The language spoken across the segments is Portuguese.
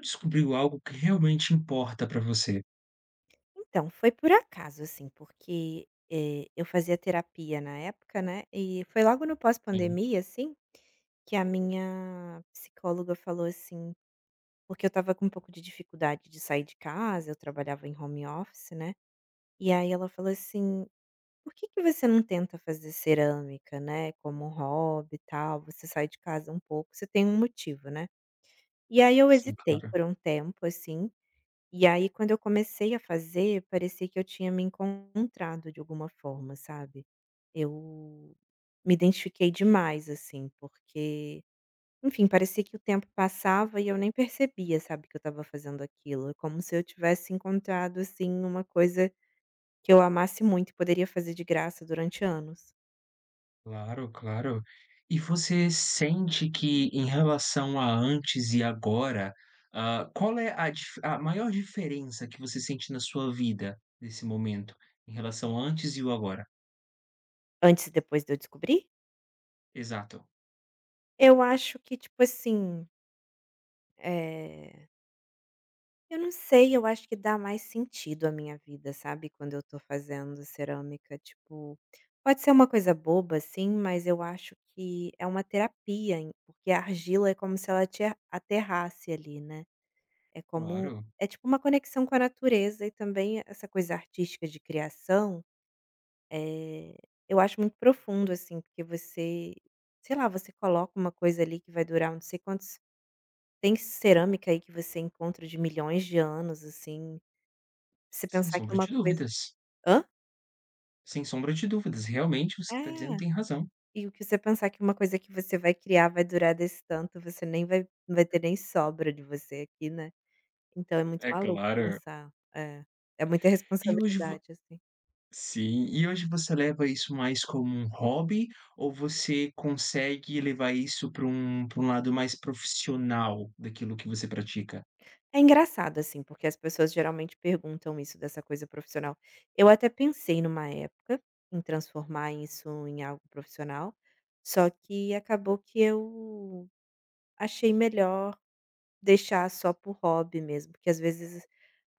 Descobriu algo que realmente importa para você. Então, foi por acaso, assim, porque, eu fazia terapia na época, né, e foi logo no Sim, pós-pandemia, assim, que a minha psicóloga falou assim porque eu estava com um pouco de dificuldade de sair de casa, eu trabalhava em home office, né, e aí ela falou assim: "Por que que você não tenta fazer cerâmica, né, como um hobby e tal, você sai de casa um pouco, você tem um motivo, né". E aí eu sim. hesitei Claro, por um tempo, assim. E aí quando eu comecei a fazer, parecia que eu tinha me encontrado de alguma forma, sabe. Eu me identifiquei demais, assim, porque, enfim, parecia que o tempo passava e eu nem percebia, sabe, que eu estava fazendo aquilo. É como se eu tivesse encontrado, assim, uma coisa que eu amasse muito e poderia fazer de graça durante anos. claro, claro. E você sente que em relação a antes e agora, qual é a maior diferença que você sente na sua vida nesse momento, em relação a antes e o agora? Antes e depois de eu descobrir? Exato, Eu acho que, tipo assim, eh eu não sei, eu acho que dá mais sentido à minha vida, sabe, quando eu tô fazendo cerâmica, tipo, pode ser uma coisa boba, assim, mas eu acho que é uma terapia, porque a argila é como se ela te aterrasse ali, né? É como claro, é tipo uma conexão com a natureza e também essa coisa artística de criação, é, eu acho muito profundo assim, porque você, sei lá, você coloca uma coisa ali que vai durar não sei quantos. Tem cerâmica aí que você encontra de milhões de anos, assim, você sem pensar que sombra uma de coisa. dúvidas, Hã? sem sombra de dúvidas, realmente, você que tá dizendo É, tem razão. e o que você pensar que uma coisa que você vai criar vai durar desse tanto, você nem vai não vai ter nem sobra de você aqui, né. Então é muito É maluco claro. pensar. É, é muita E hoje vo responsabilidade, assim. Sim. E hoje você leva isso mais como um hobby ou você consegue levar isso para um lado mais profissional daquilo que você pratica? É engraçado, assim, porque as pessoas geralmente perguntam isso dessa coisa profissional. Eu até pensei numa época em transformar isso em algo profissional, só que acabou que eu achei melhor deixar só por hobby mesmo, porque às vezes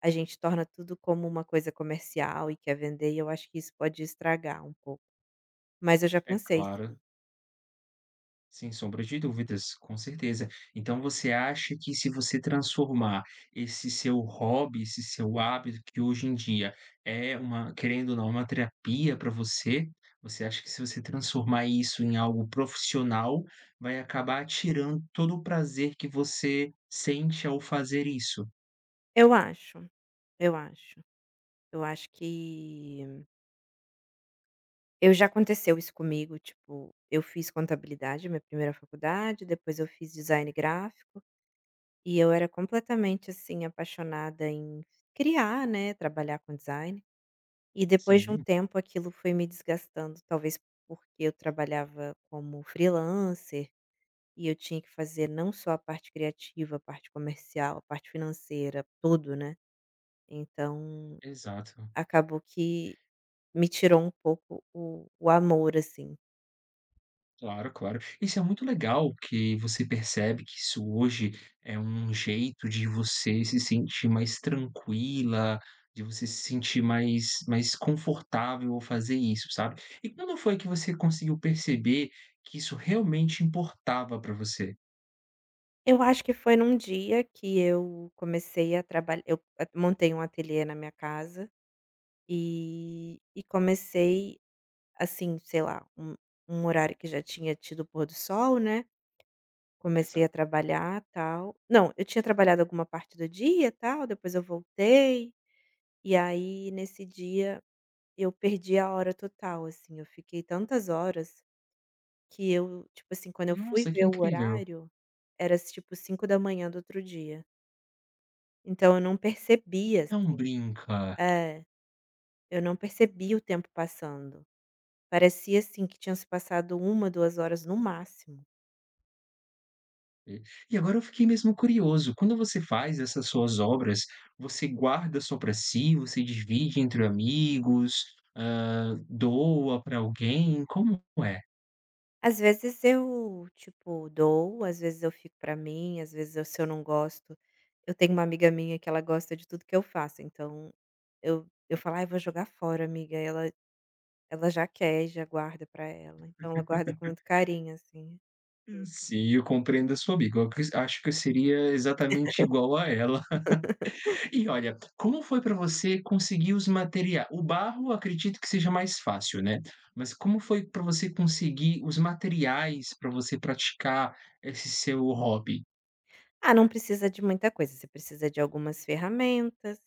a gente torna tudo como uma coisa comercial e quer vender, e eu acho que isso pode estragar um pouco. Mas eu já É pensei claro. sim. Sem sombra de dúvidas, com certeza. Então você acha que se você transformar esse seu hobby, esse seu hábito, que hoje em dia é uma, querendo ou não, uma terapia para você, você acha que se você transformar isso em algo profissional, vai acabar tirando todo o prazer que você sente ao fazer isso? Eu acho, eu acho. Eu acho que eu já aconteceu isso comigo, tipo, eu fiz contabilidade, minha primeira faculdade, depois eu fiz design gráfico, e eu era completamente, assim, apaixonada em criar, né, trabalhar com design. E depois de um Sim, tempo aquilo foi me desgastando, talvez porque eu trabalhava como freelancer. E eu tinha que fazer não só a parte criativa, a parte comercial, a parte financeira, tudo, né. Então, exato. acabou que me tirou um pouco o amor, assim. Claro, claro. Isso é muito legal que você percebe que isso hoje é um jeito de você se sentir mais tranquila, de você se sentir mais confortável ao fazer isso, sabe. E quando foi que você conseguiu perceber que isso realmente importava para você? Eu acho que foi num dia que eu comecei a trabalhar. Eu montei um ateliê na minha casa, e comecei, assim, sei lá, um horário que já tinha tido o pôr do sol, né, comecei Exato. a trabalhar, tal. Não, eu tinha trabalhado alguma parte do dia, tal, depois eu voltei. E aí, nesse dia, eu perdi a hora total, assim, eu fiquei tantas horas que eu, tipo assim, quando eu fui "Nossa, que ver o incrível, horário, era tipo cinco da manhã do outro dia. Então eu não percebia não assim, brinca". é, eu não percebi o tempo passando. Parecia, assim, que tinham se passado uma, 2 horas no máximo. E e agora eu fiquei mesmo curioso, quando você faz essas suas obras, você guarda só para si, você divide entre amigos, doa para alguém, como é? Às vezes eu, tipo, dou, às vezes eu fico pra mim, às vezes eu se eu não gosto, eu tenho uma amiga minha que ela gosta de tudo que eu faço, então eu falo: "Ai, vou jogar fora, amiga". E ela ela já quer e já guarda pra ela, então ela guarda com muito carinho, assim. Sim, eu compreendo a sua amiga, eu acri acho que eu seria exatamente igual a ela. E olha, como foi para você conseguir os materiais? O barro, acredito que seja mais fácil, né, mas como foi para você conseguir os materiais para você praticar esse seu hobby? Ah, não precisa de muita coisa, você precisa de algumas ferramentas,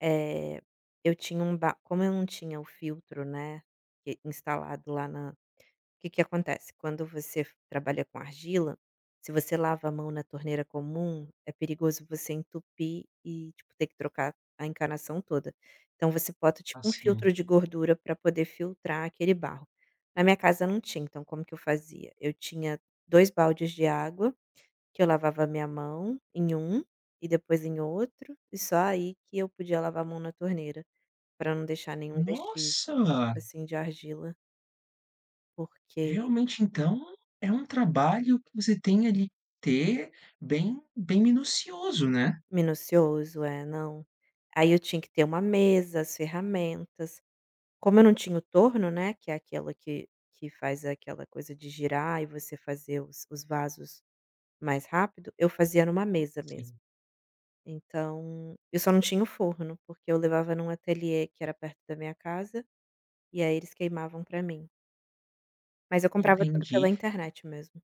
eh, eu tinha um ba como eu não tinha o filtro, né, que instalado lá na. O que que acontece? Quando você f trabalha com argila, se você lava a mão na torneira comum, é perigoso você entupir e, tipo, ter que trocar a encanação toda. Então você bota, tipo, um Assim, filtro de gordura para poder filtrar aquele barro. Na minha casa não tinha, então como que eu fazia? Eu tinha 2 baldes de água, que eu lavava a minha mão em um e depois em outro, e só aí que eu podia lavar a mão na torneira, para não deixar nenhum vestígio, nossa! assim, de argila, porque. Realmente, então, é um trabalho que você tem ali que ter bem bem minucioso, né. Minucioso, é, não. Aí eu tinha que ter uma mesa, as ferramentas. Como eu não tinha o torno, né, que é aquela que faz aquela coisa de girar e você fazer os vasos mais rápido, eu fazia numa mesa mesmo. Sim. Então, eu só não tinha o forno, porque eu levava num ateliê que era perto da minha casa, e aí eles queimavam pra mim. Mas eu comprava tudo pela Entendi. internet mesmo.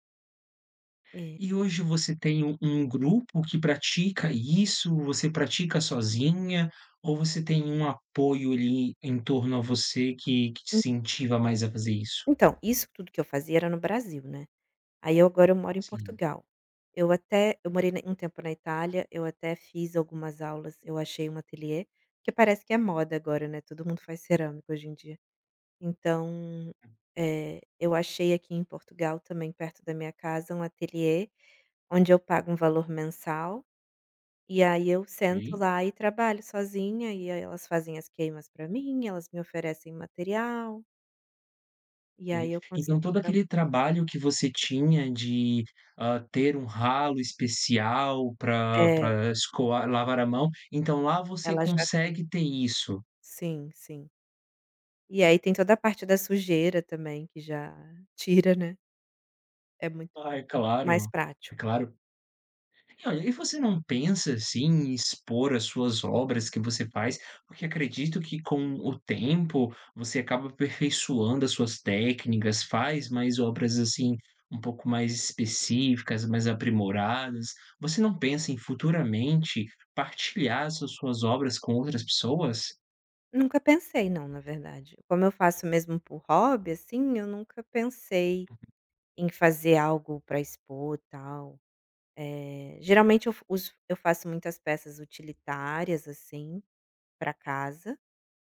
É. E hoje você tem um grupo que pratica isso? Você pratica sozinha? Ou você tem um apoio ali em torno a você que te En incentiva mais a fazer isso? então, isso tudo que eu fazia era no Brasil, né. Aí eu agora eu moro em Sim, Portugal. Eu até eu morei na um tempo na Itália, eu até fiz algumas aulas, eu achei um ateliê, que parece que é moda agora, né, todo mundo faz cerâmica hoje em dia. Então, eu achei aqui em Portugal também perto da minha casa um ateliê, onde eu pago um valor mensal, e aí eu sento ok. lá e trabalho sozinha, e aí elas fazem as queimas para mim, elas me oferecem material, e Ok. aí eu consigo Então todo aquele trabalhar. trabalho que você tinha de, ter um ralo especial para É, escoar, lavar a mão, então lá você ela já tem. consegue ter isso. Sim, sim. E aí tem toda a parte da sujeira também que já tira, né, é muito Ah, é mais claro, é prático. claro. E olha, e você não pensa, assim, em expor as suas obras que você faz? Porque acredito que com o tempo você acaba aperfeiçoando as suas técnicas, faz mais obras, assim, um pouco mais específicas, mais aprimoradas. Você não pensa em futuramente partilhar essas suas obras com outras pessoas? Nunca pensei não, na verdade. Como eu faço mesmo por hobby, assim, eu nunca pensei em fazer algo para expor, tal. Geralmente eu f uso eu faço muitas peças utilitárias, assim, para casa,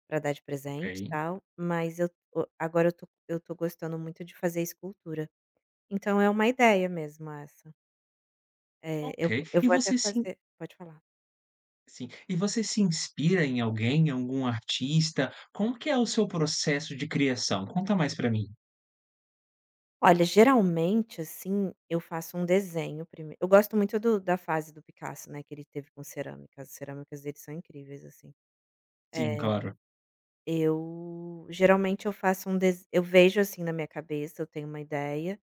para dar de Ok, presente, e tal, mas eu o agora eu tô gostando muito de fazer escultura. Então é uma ideia mesmo essa. Eu ok. eu E vou até você se in fazer pode falar. Sim, e você se inspira em alguém, em algum artista? Como que é o seu processo de criação? Conta mais pra mim. Olha, geralmente, assim, eu faço um desenho primeiro. Eu gosto muito do da fase do Picasso, né, que ele teve com cerâmica, as cerâmicas dele são incríveis, assim. Sim, Eh, claro. eu geralmente eu faço um des eu vejo, assim, na minha cabeça, eu tenho uma ideia,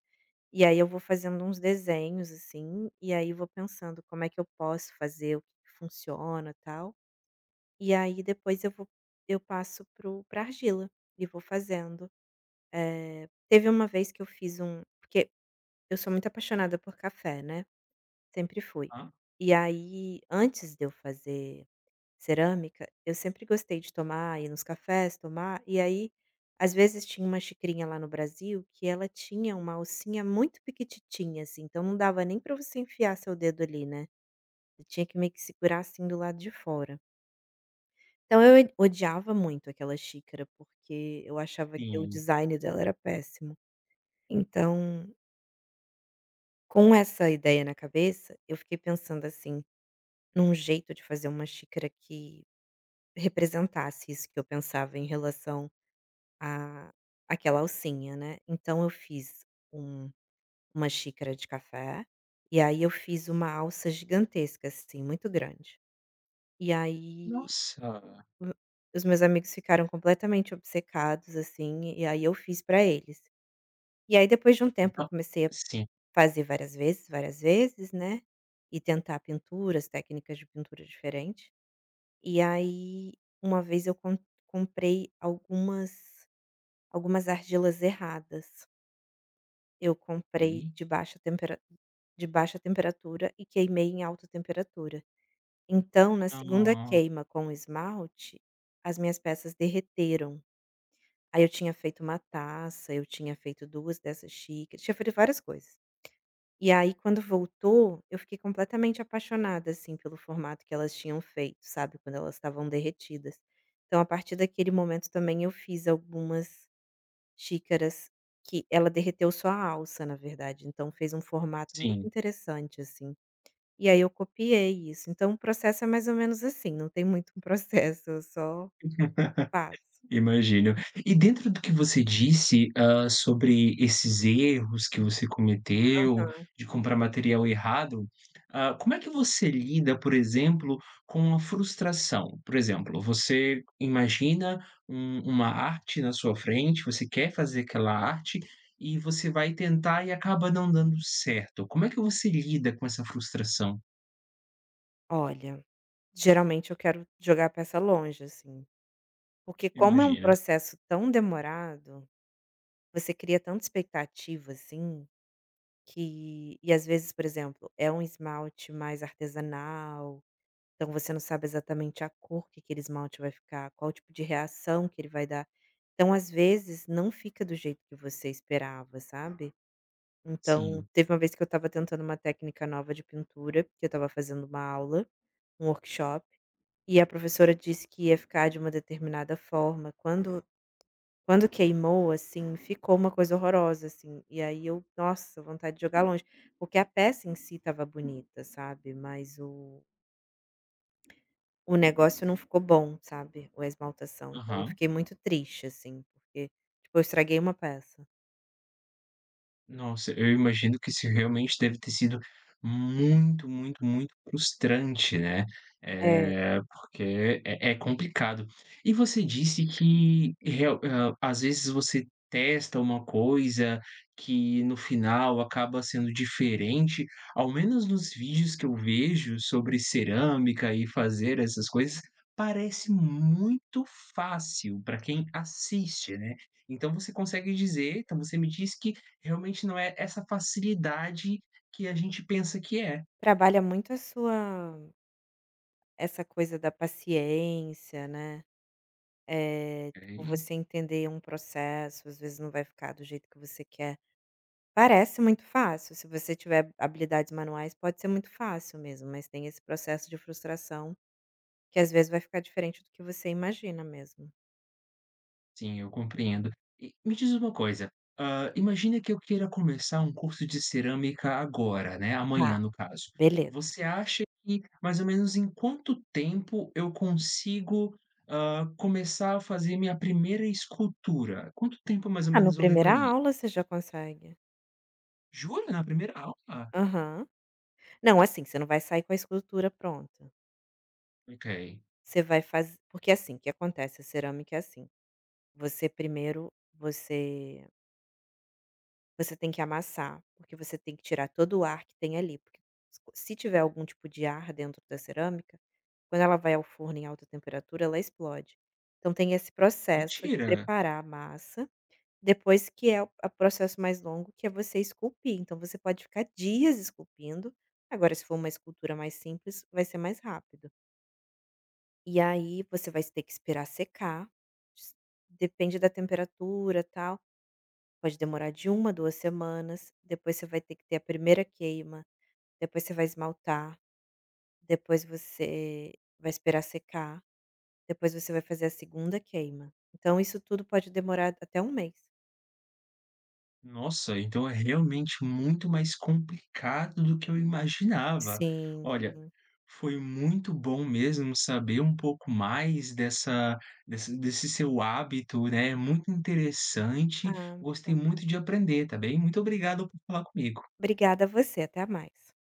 e aí eu vou fazendo uns desenhos, assim, e aí vou pensando como é que eu posso fazer, o que que funciona, tal. E aí depois eu vou eu passo pro, o para argila e vou fazendo. Eh, teve uma vez que eu fiz um porque eu sou muito apaixonada por café, né. Sempre fui. Ah, E aí, antes de eu fazer cerâmica, eu sempre gostei de tomar, ir nos cafés, tomar, e aí, às vezes tinha uma xicrinha lá no Brasil que ela tinha uma alcinha muito pequititinha, assim, então não dava nem para você enfiar seu dedo ali, né. Você tinha que meio que segurar, assim, do lado de fora. Então eu e odiava muito aquela xícara, porque eu achava que o sim. design dela era péssimo. Então, com essa ideia na cabeça, eu fiquei pensando assim num jeito de fazer uma xícara que representasse isso que eu pensava em relação à aquela alcinha, né. Então eu fiz um, uma xícara de café, e aí eu fiz uma alça gigantesca, assim, muito grande. E aí Nossa! o os meus amigos ficaram completamente obcecados, assim, e aí eu fiz pra eles. E aí depois de um tempo eu Então comecei a sim, fazer várias vezes, né, e tentar pinturas, técnicas de pintura diferentes. E aí, uma vez eu comprei algumas argilas erradas. Eu comprei aí, de baixa temperatura e queimei em alta temperatura. Então, na segunda hã, queima com o esmalte, as minhas peças derreteram. Aí eu tinha feito uma taça, eu tinha feito 2 dessas xícaras, tinha feito várias coisas. E aí quando voltou, eu fiquei completamente apaixonada, assim, pelo formato que elas tinham feito, sabe, quando elas estavam derretidas. Então a partir daquele momento também eu fiz algumas xícaras que ela derreteu só a alça, na verdade, então fez um formato muito sim, interessante, assim. E aí eu copiei isso, então o processo é mais ou menos assim, não tem muito um processo, eu só faço. imagino. E dentro do que você disse, sobre esses erros que você cometeu, de comprar material errado, como é que você lida, por exemplo, com a frustração? Por exemplo, você imagina uma arte na sua frente, você quer fazer aquela arte e você vai tentar e acaba não dando certo. Como é que você lida com essa frustração? Olha, geralmente eu quero jogar a peça longe, assim, porque como é um Imagina, processo tão demorado. Você cria tanta expectativa, assim, que e às vezes, por exemplo, é um esmalte mais artesanal, então você não sabe exatamente a cor que aquele esmalte vai ficar, qual tipo de reação que ele vai dar. Então, às vezes, não fica do jeito que você esperava, sabe. Então, sim. teve uma vez que eu estava tentando uma técnica nova de pintura, que eu estava fazendo uma aula, um workshop, e a professora disse que ia ficar de uma determinada forma, quando quando queimou, assim, ficou uma coisa horrorosa, assim, e aí eu nossa, vontade de jogar longe, porque a peça em si estava bonita, sabe, mas o negócio não ficou bom, sabe, a esmaltação, então eu Aham. fiquei muito triste, assim, porque, tipo, eu estraguei uma peça. Nossa, eu imagino que isso realmente deve ter sido muito, muito, muito frustrante, né, É, é porque é complicado. E você disse às vezes você testa uma coisa que no final acaba sendo diferente, ao menos nos vídeos que eu vejo sobre cerâmica e fazer essas coisas, parece muito fácil para quem assiste, né. Então você me diz que realmente não é essa facilidade que a gente pensa que é. trabalha muito a sua essa coisa da paciência, né, tipo, Ok, você entender um processo, às vezes não vai ficar do jeito que você quer. Parece muito fácil, se você tiver habilidades manuais pode ser muito fácil mesmo, mas tem esse processo de frustração, que às vezes vai ficar diferente do que você imagina mesmo. sim, eu compreendo. E me diz uma coisa, imagina que eu queira começar um curso de cerâmica agora, né, Tá, amanhã no caso. beleza. Você acha que mais ou menos em quanto tempo eu consigo, começar a fazer minha primeira escultura? Quanto tempo mais ou Ah, no menos eu primeira levaria? aula você já consegue. Jura? Na primeira aula? Aham. Não, assim, você não vai sair com a escultura pronta, Ok, você vai fazer porque assim, o que acontece, a cerâmica é assim, você primeiro, você você tem que amassar, porque você tem que tirar todo o ar que tem ali, porque se tiver algum tipo de ar dentro da cerâmica quando ela vai ao forno em alta temperatura, ela explode. Então tem esse processo de mentira. preparar a massa, depois que é o a processo mais longo, que é você esculpir. Então você pode ficar dias esculpindo. Agora, se for uma escultura mais simples, vai ser mais rápido. E aí você vai ter que esperar secar, s depende da temperatura, tal, pode demorar de uma a 2 semanas, depois você vai ter que ter a primeira queima, depois você vai esmaltar, depois você vai esperar secar. Depois você vai fazer a segunda queima. Então isso tudo pode demorar até um mês. Nossa, então é realmente muito mais complicado do que eu imaginava. Sim, Olha, sim. foi muito bom mesmo saber um pouco mais dessa desse desse seu hábito, né, é muito interessante. Ah, obrigada. Gostei muito de aprender, tá bem? Muito obrigado por falar comigo. Obrigada a você, até mais.